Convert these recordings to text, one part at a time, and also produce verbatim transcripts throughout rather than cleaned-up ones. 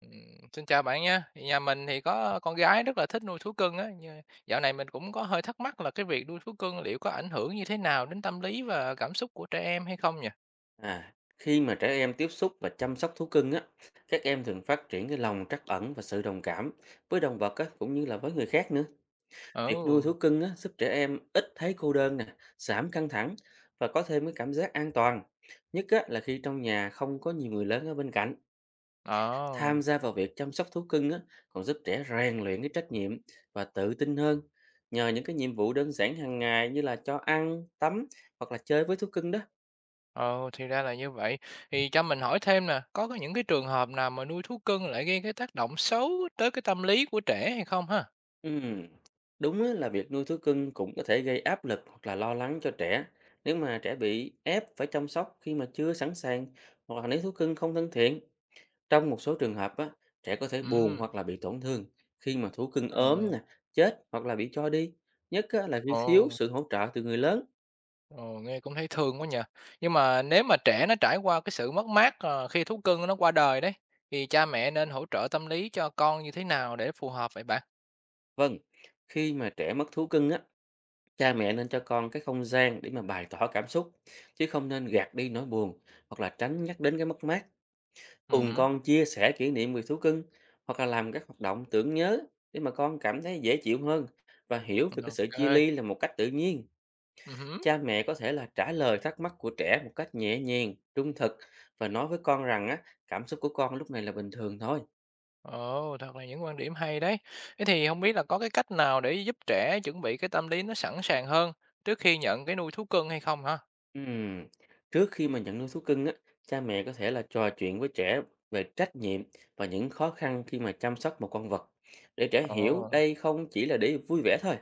Ừm, xin chào bạn nha. Nhà mình thì có con gái rất là thích nuôi thú cưng á, nhưng dạo này mình cũng có hơi thắc mắc là cái việc nuôi thú cưng liệu có ảnh hưởng như thế nào đến tâm lý và cảm xúc của trẻ em hay không nhỉ? À, khi mà trẻ em tiếp xúc và chăm sóc thú cưng á, các em thường phát triển cái lòng trắc ẩn và sự đồng cảm với động vật á, cũng như là với người khác nữa. Việc nuôi Ừ, thú cưng á, giúp trẻ em ít thấy cô đơn nè, giảm căng thẳng và có thêm cái cảm giác an toàn. Nhất á, là khi trong nhà không có nhiều người lớn ở bên cạnh. ồ, Tham gia vào việc chăm sóc thú cưng á, còn giúp trẻ rèn luyện cái trách nhiệm và tự tin hơn nhờ những cái nhiệm vụ đơn giản hàng ngày như là cho ăn, tắm hoặc là chơi với thú cưng đó. ồ, thì ra là như vậy. Thì cho mình hỏi thêm nè, có cái- những cái trường hợp nào mà nuôi thú cưng lại gây cái tác động xấu tới cái tâm lý của trẻ hay không ha? Ừm, Đúng á, là việc nuôi thú cưng cũng có thể gây áp lực hoặc là lo lắng cho trẻ nếu mà trẻ bị ép phải chăm sóc khi mà chưa sẵn sàng hoặc là nếu thú cưng không thân thiện. Trong một số trường hợp á, trẻ có thể buồn Ừ, hoặc là bị tổn thương khi mà thú cưng ờ, ốm nè, chết hoặc là bị cho đi, nhất á, là khi ồ. thiếu sự hỗ trợ từ người lớn. Ồ, nghe cũng thấy thương quá nhỉ. Nhưng mà nếu mà trẻ nó trải qua cái sự mất mát, ờ, khi thú cưng nó qua đời đấy, thì cha mẹ nên hỗ trợ tâm lý cho con như thế nào để phù hợp vậy bạn? Vâng, khi mà trẻ mất thú cưng á, cha mẹ nên cho con cái không gian để mà bày tỏ cảm xúc chứ không nên gạt đi nỗi buồn hoặc là tránh nhắc đến cái mất mát. Cùng Ừm, con chia sẻ kỷ niệm về thú cưng hoặc là làm các hoạt động tưởng nhớ để mà con cảm thấy dễ chịu hơn và hiểu về cái sự chia OK. ly là một cách tự nhiên. Ừm. Cha mẹ có thể là trả lời thắc mắc của trẻ một cách nhẹ nhàng, trung thực và nói với con rằng á, cảm xúc của con lúc này là bình thường thôi. Ồ, thật là những quan điểm hay đấy. Thế thì không biết là có cái cách nào để giúp trẻ chuẩn bị cái tâm lý nó sẵn sàng hơn trước khi nhận cái nuôi thú cưng hay không hả? Ừm, Trước khi mà nhận nuôi thú cưng á, cha mẹ có thể là trò chuyện với trẻ về trách nhiệm và những khó khăn khi mà chăm sóc một con vật để trẻ hiểu Ồ, đây không chỉ là để vui vẻ thôi.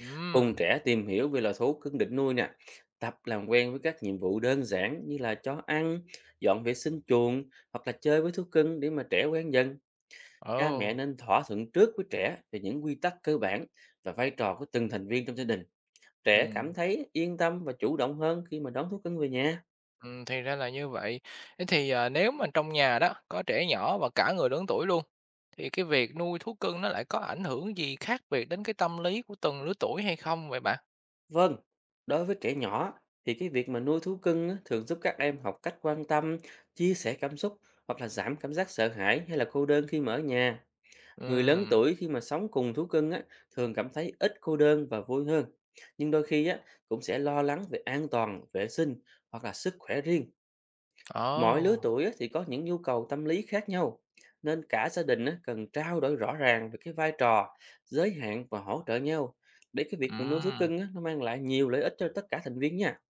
ừm, Cùng trẻ tìm hiểu về loài thú cưng định nuôi nè, tập làm quen với các nhiệm vụ đơn giản như là cho ăn, dọn vệ sinh chuồng hoặc là chơi với thú cưng để mà trẻ quen dần. Cha mẹ ồ, nên thỏa thuận trước với trẻ về những quy tắc cơ bản và vai trò của từng thành viên trong gia đình. Trẻ cảm ừm. thấy yên tâm và chủ động hơn khi mà đón thú cưng về nhà. Ừm, thì ra là như vậy. Thế thì, à, nếu mà trong nhà đó có trẻ nhỏ và cả người lớn tuổi luôn, thì cái việc nuôi thú cưng nó lại có ảnh hưởng gì khác biệt đến cái tâm lý của từng lứa tuổi hay không vậy bạn? Vâng, đối với trẻ nhỏ thì cái việc mà nuôi thú cưng á, thường giúp các em học cách quan tâm, chia sẻ cảm xúc hoặc là giảm cảm giác sợ hãi hay là cô đơn khi mà ở nhà. Người lớn Ừm, tuổi khi mà sống cùng thú cưng á, thường cảm thấy ít cô đơn và vui hơn. Nhưng đôi khi á, cũng sẽ lo lắng về an toàn, vệ sinh hoặc là sức khỏe riêng. ồ, Mỗi lứa tuổi á, thì có những nhu cầu tâm lý khác nhau. Nên cả gia đình á, cần trao đổi rõ ràng về cái vai trò, giới hạn và hỗ trợ nhau. Để cái việc mà nuôi thú ừm, cưng á, nó mang lại nhiều lợi ích cho tất cả thành viên nha.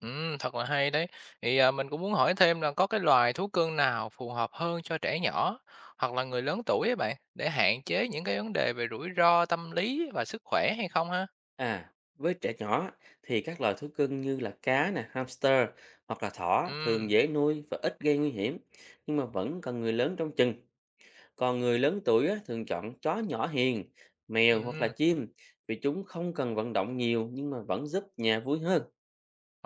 ừm, thật là hay đấy. Thì, à, mình cũng muốn hỏi thêm là có cái loài thú cưng nào phù hợp hơn cho trẻ nhỏ hoặc là người lớn tuổi ấy bạn, để hạn chế những cái vấn đề về rủi ro tâm lý và sức khỏe hay không ha? À, với trẻ nhỏ thì các loài thú cưng như là cá nè, hamster hoặc là thỏ Ừm, thường dễ nuôi và ít gây nguy hiểm, nhưng mà vẫn cần người lớn trông chừng. Còn người lớn tuổi á, thường chọn chó nhỏ hiền, mèo hoặc là ừm, chim vì chúng không cần vận động nhiều nhưng mà vẫn giúp nhà vui hơn.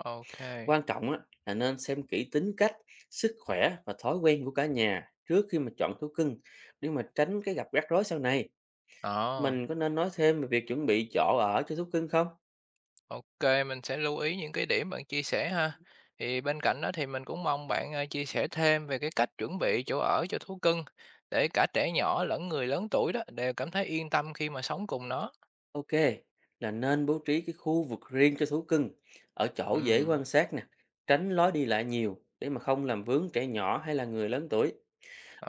ô kê, Quan trọng á, là nên xem kỹ tính cách, sức khỏe và thói quen của cả nhà trước khi mà chọn thú cưng để mà tránh cái gặp rắc rối sau này. ờ. Mình có nên nói thêm về việc chuẩn bị chỗ ở cho thú cưng không? OK, mình sẽ lưu ý những cái điểm bạn chia sẻ ha. Thì bên cạnh đó thì mình cũng mong bạn, ờ, chia sẻ thêm về cái cách chuẩn bị chỗ ở cho thú cưng, để cả trẻ nhỏ lẫn người lớn tuổi đó đều cảm thấy yên tâm khi mà sống cùng nó. Ok, là nên bố trí cái khu vực riêng cho thú cưng ở chỗ dễ Ừm, quan sát nè, tránh lối đi lại nhiều để mà không làm vướng trẻ nhỏ hay là người lớn tuổi.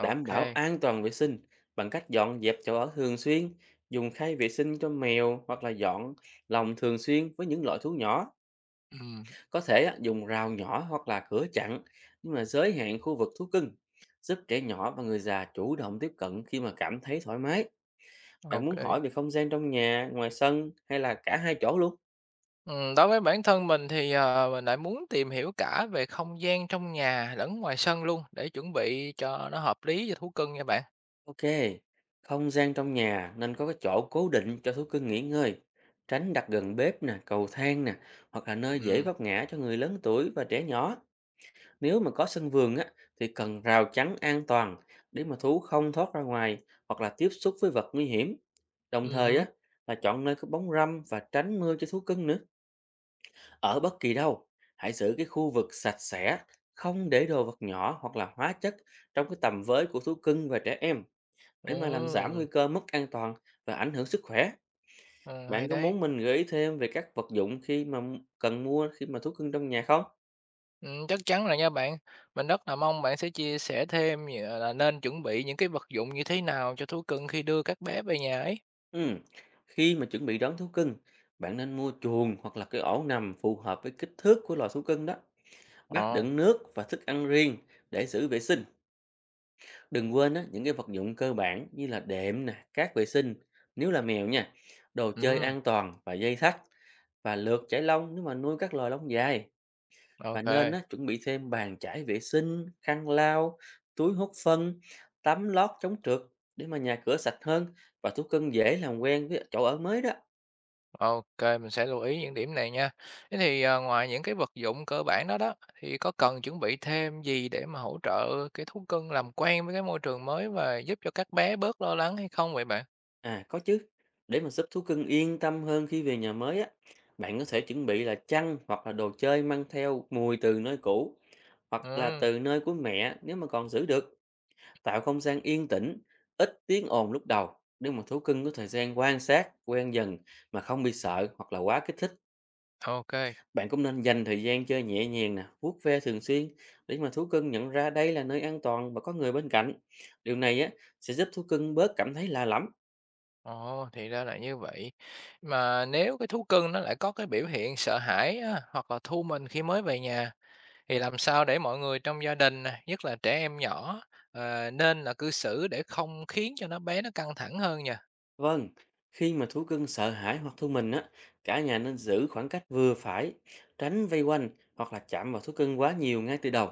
Đảm bảo an toàn vệ sinh bằng cách dọn dẹp chỗ ở thường xuyên, dùng khay vệ sinh cho mèo hoặc là dọn lồng thường xuyên với những loại thú nhỏ. ừm, Có thể á, dùng rào nhỏ hoặc là cửa chặn nhưng mà giới hạn khu vực thú cưng giúp trẻ nhỏ và người già chủ động tiếp cận khi mà cảm thấy thoải mái. Bạn muốn hỏi OK. về không gian trong nhà, ngoài sân hay là cả hai chỗ luôn? Ừm, đối với bản thân mình thì, ờ, mình lại muốn tìm hiểu cả về không gian trong nhà lẫn ngoài sân luôn, để chuẩn bị cho nó hợp lý cho thú cưng nha bạn. Ok, không gian trong nhà nên có cái chỗ cố định cho thú cưng nghỉ ngơi, tránh đặt gần bếp nè, cầu thang nè, hoặc là nơi dễ Ừm, vấp ngã cho người lớn tuổi và trẻ nhỏ. Nếu mà có sân vườn á, thì cần rào chắn an toàn để mà thú không thoát ra ngoài hoặc là tiếp xúc với vật nguy hiểm. Đồng ừm thời hứm, á, là chọn nơi có bóng râm và tránh mưa cho thú cưng nữa. Ở bất kỳ đâu, hãy giữ cái khu vực sạch sẽ, không để đồ vật nhỏ hoặc là hóa chất trong cái tầm với của thú cưng và trẻ em để mà làm giảm nguy ồ, cơ mất an toàn và ảnh hưởng sức khỏe. ồ, hay Bạn có đấy. muốn mình gợi ý thêm về các vật dụng khi mà m- cần mua khi mà thú cưng trong nhà không? Ừm, chắc chắn rồi nha bạn. Mình rất là mong bạn sẽ chia sẻ thêm nh là nên chuẩn bị những cái vật dụng như thế nào cho thú cưng khi đưa các bé về nhà ấy. Ừm, Khi mà chuẩn bị đón thú cưng, bạn nên mua chuồng hoặc là cái ổ nằm phù hợp với kích thước của loài thú cưng đó. Bát Ồ, đựng nước và thức ăn riêng để giữ vệ sinh. Đừng quên á, những cái vật dụng cơ bản như là đệm nè, cát vệ sinh nếu là mèo nha, đồ chơi ừm, an toàn và dây thắt và lược chải lông nếu mà nuôi các loài lông dài. ok Và kê, nên á, chuẩn bị thêm bàn chải vệ sinh, khăn lau, túi hút phân, tấm lót chống trượt để mà nhà cửa sạch hơn và thú cưng dễ làm quen với chỗ ở mới đó. mình sẽ lưu ý những điểm này nha. Thế thì, ờ, ngoài những cái vật dụng cơ bản đó đó, thì có cần chuẩn bị thêm gì để mà hỗ trợ cái thú cưng làm quen với cái môi trường mới và giúp cho các bé bớt lo lắng hay không vậy bạn? À có chứ, để mà giúp thú cưng yên tâm hơn khi về nhà mới á, bạn có thể chuẩn bị là chăn hoặc là đồ chơi mang theo mùi từ nơi cũ hoặc là Ừm, từ nơi của mẹ nếu mà còn giữ được, tạo không gian yên tĩnh, ít tiếng ồn lúc đầu để mà thú cưng có thời gian quan sát, quen dần mà không bị sợ hoặc là quá kích thích. ô. Bạn cũng nên dành thời gian chơi nhẹ nhàng nè, vuốt ve thường xuyên để mà thú cưng nhận ra đây là nơi an toàn và có người bên cạnh. Điều này á, sẽ giúp thú cưng bớt cảm thấy lạ lẫm. Ồ, thì ra là như vậy. Mà nếu cái thú cưng nó lại có cái biểu hiện sợ hãi á, hoặc là thu mình khi mới về nhà thì làm sao để mọi người trong gia đình nè, nhất là trẻ em nhỏ ờ, nên là cư xử để không khiến cho nó bé nó căng thẳng hơn nha. Vâng, khi mà thú cưng sợ hãi hoặc thu mình á, cả nhà nên giữ khoảng cách vừa phải, tránh vây quanh hoặc là chạm vào thú cưng quá nhiều ngay từ đầu.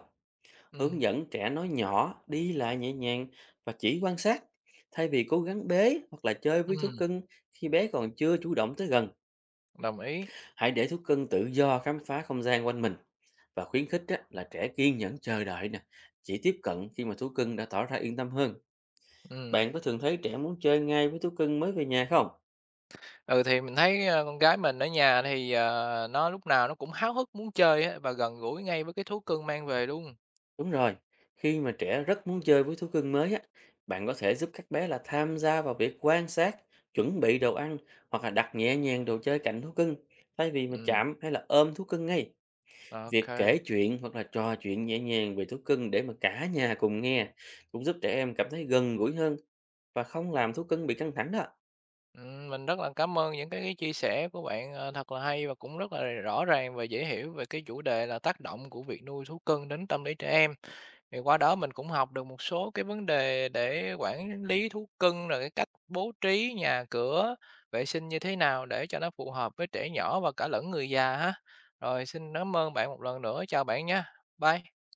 Ừ, Hướng dẫn trẻ nói nhỏ, đi lại nhẹ nhàng và chỉ quan sát, thay vì cố gắng bế hoặc là chơi với thú ừ, cưng khi bé còn chưa chủ động tới gần. đồng ý. Hãy để thú cưng tự do khám phá không gian quanh mình và khuyến khích á, là trẻ kiên nhẫn chờ đợi nè, chỉ tiếp cận khi mà thú cưng đã tỏ ra yên tâm hơn. Ừ. Bạn có thường thấy trẻ muốn chơi ngay với thú cưng mới về nhà không? Ừ thì mình thấy ờ, con gái mình ở nhà thì ờ, nó lúc nào nó cũng háo hức muốn chơi á, và gần gũi ngay với cái thú cưng mang về luôn. Đúng rồi, khi mà trẻ rất muốn chơi với thú cưng mới á, bạn có thể giúp các bé là tham gia vào việc quan sát, chuẩn bị đồ ăn hoặc là đặt nhẹ nhàng đồ chơi cạnh thú cưng thay vì mà Ừ, chạm hay là ôm thú cưng ngay. ok. Việc kể chuyện hoặc là trò chuyện nhẹ nhàng về thú cưng để mà cả nhà cùng nghe cũng giúp trẻ em cảm thấy gần gũi hơn và không làm thú cưng bị căng thẳng đó. Ừm, mình rất là cảm ơn những cái cái chia sẻ của bạn, ờ, thật là hay và cũng rất là rõ ràng và dễ hiểu về cái chủ đề là tác động của việc nuôi thú cưng đến tâm lý trẻ em. Thì qua đó mình cũng học được một số cái vấn đề để quản lý thú cưng, rồi cái cách bố trí nhà cửa, vệ sinh như thế nào để cho nó phù hợp với trẻ nhỏ và cả lẫn người già ha. Rồi xin cảm ơn bạn một lần nữa, chào bạn nha. Bye.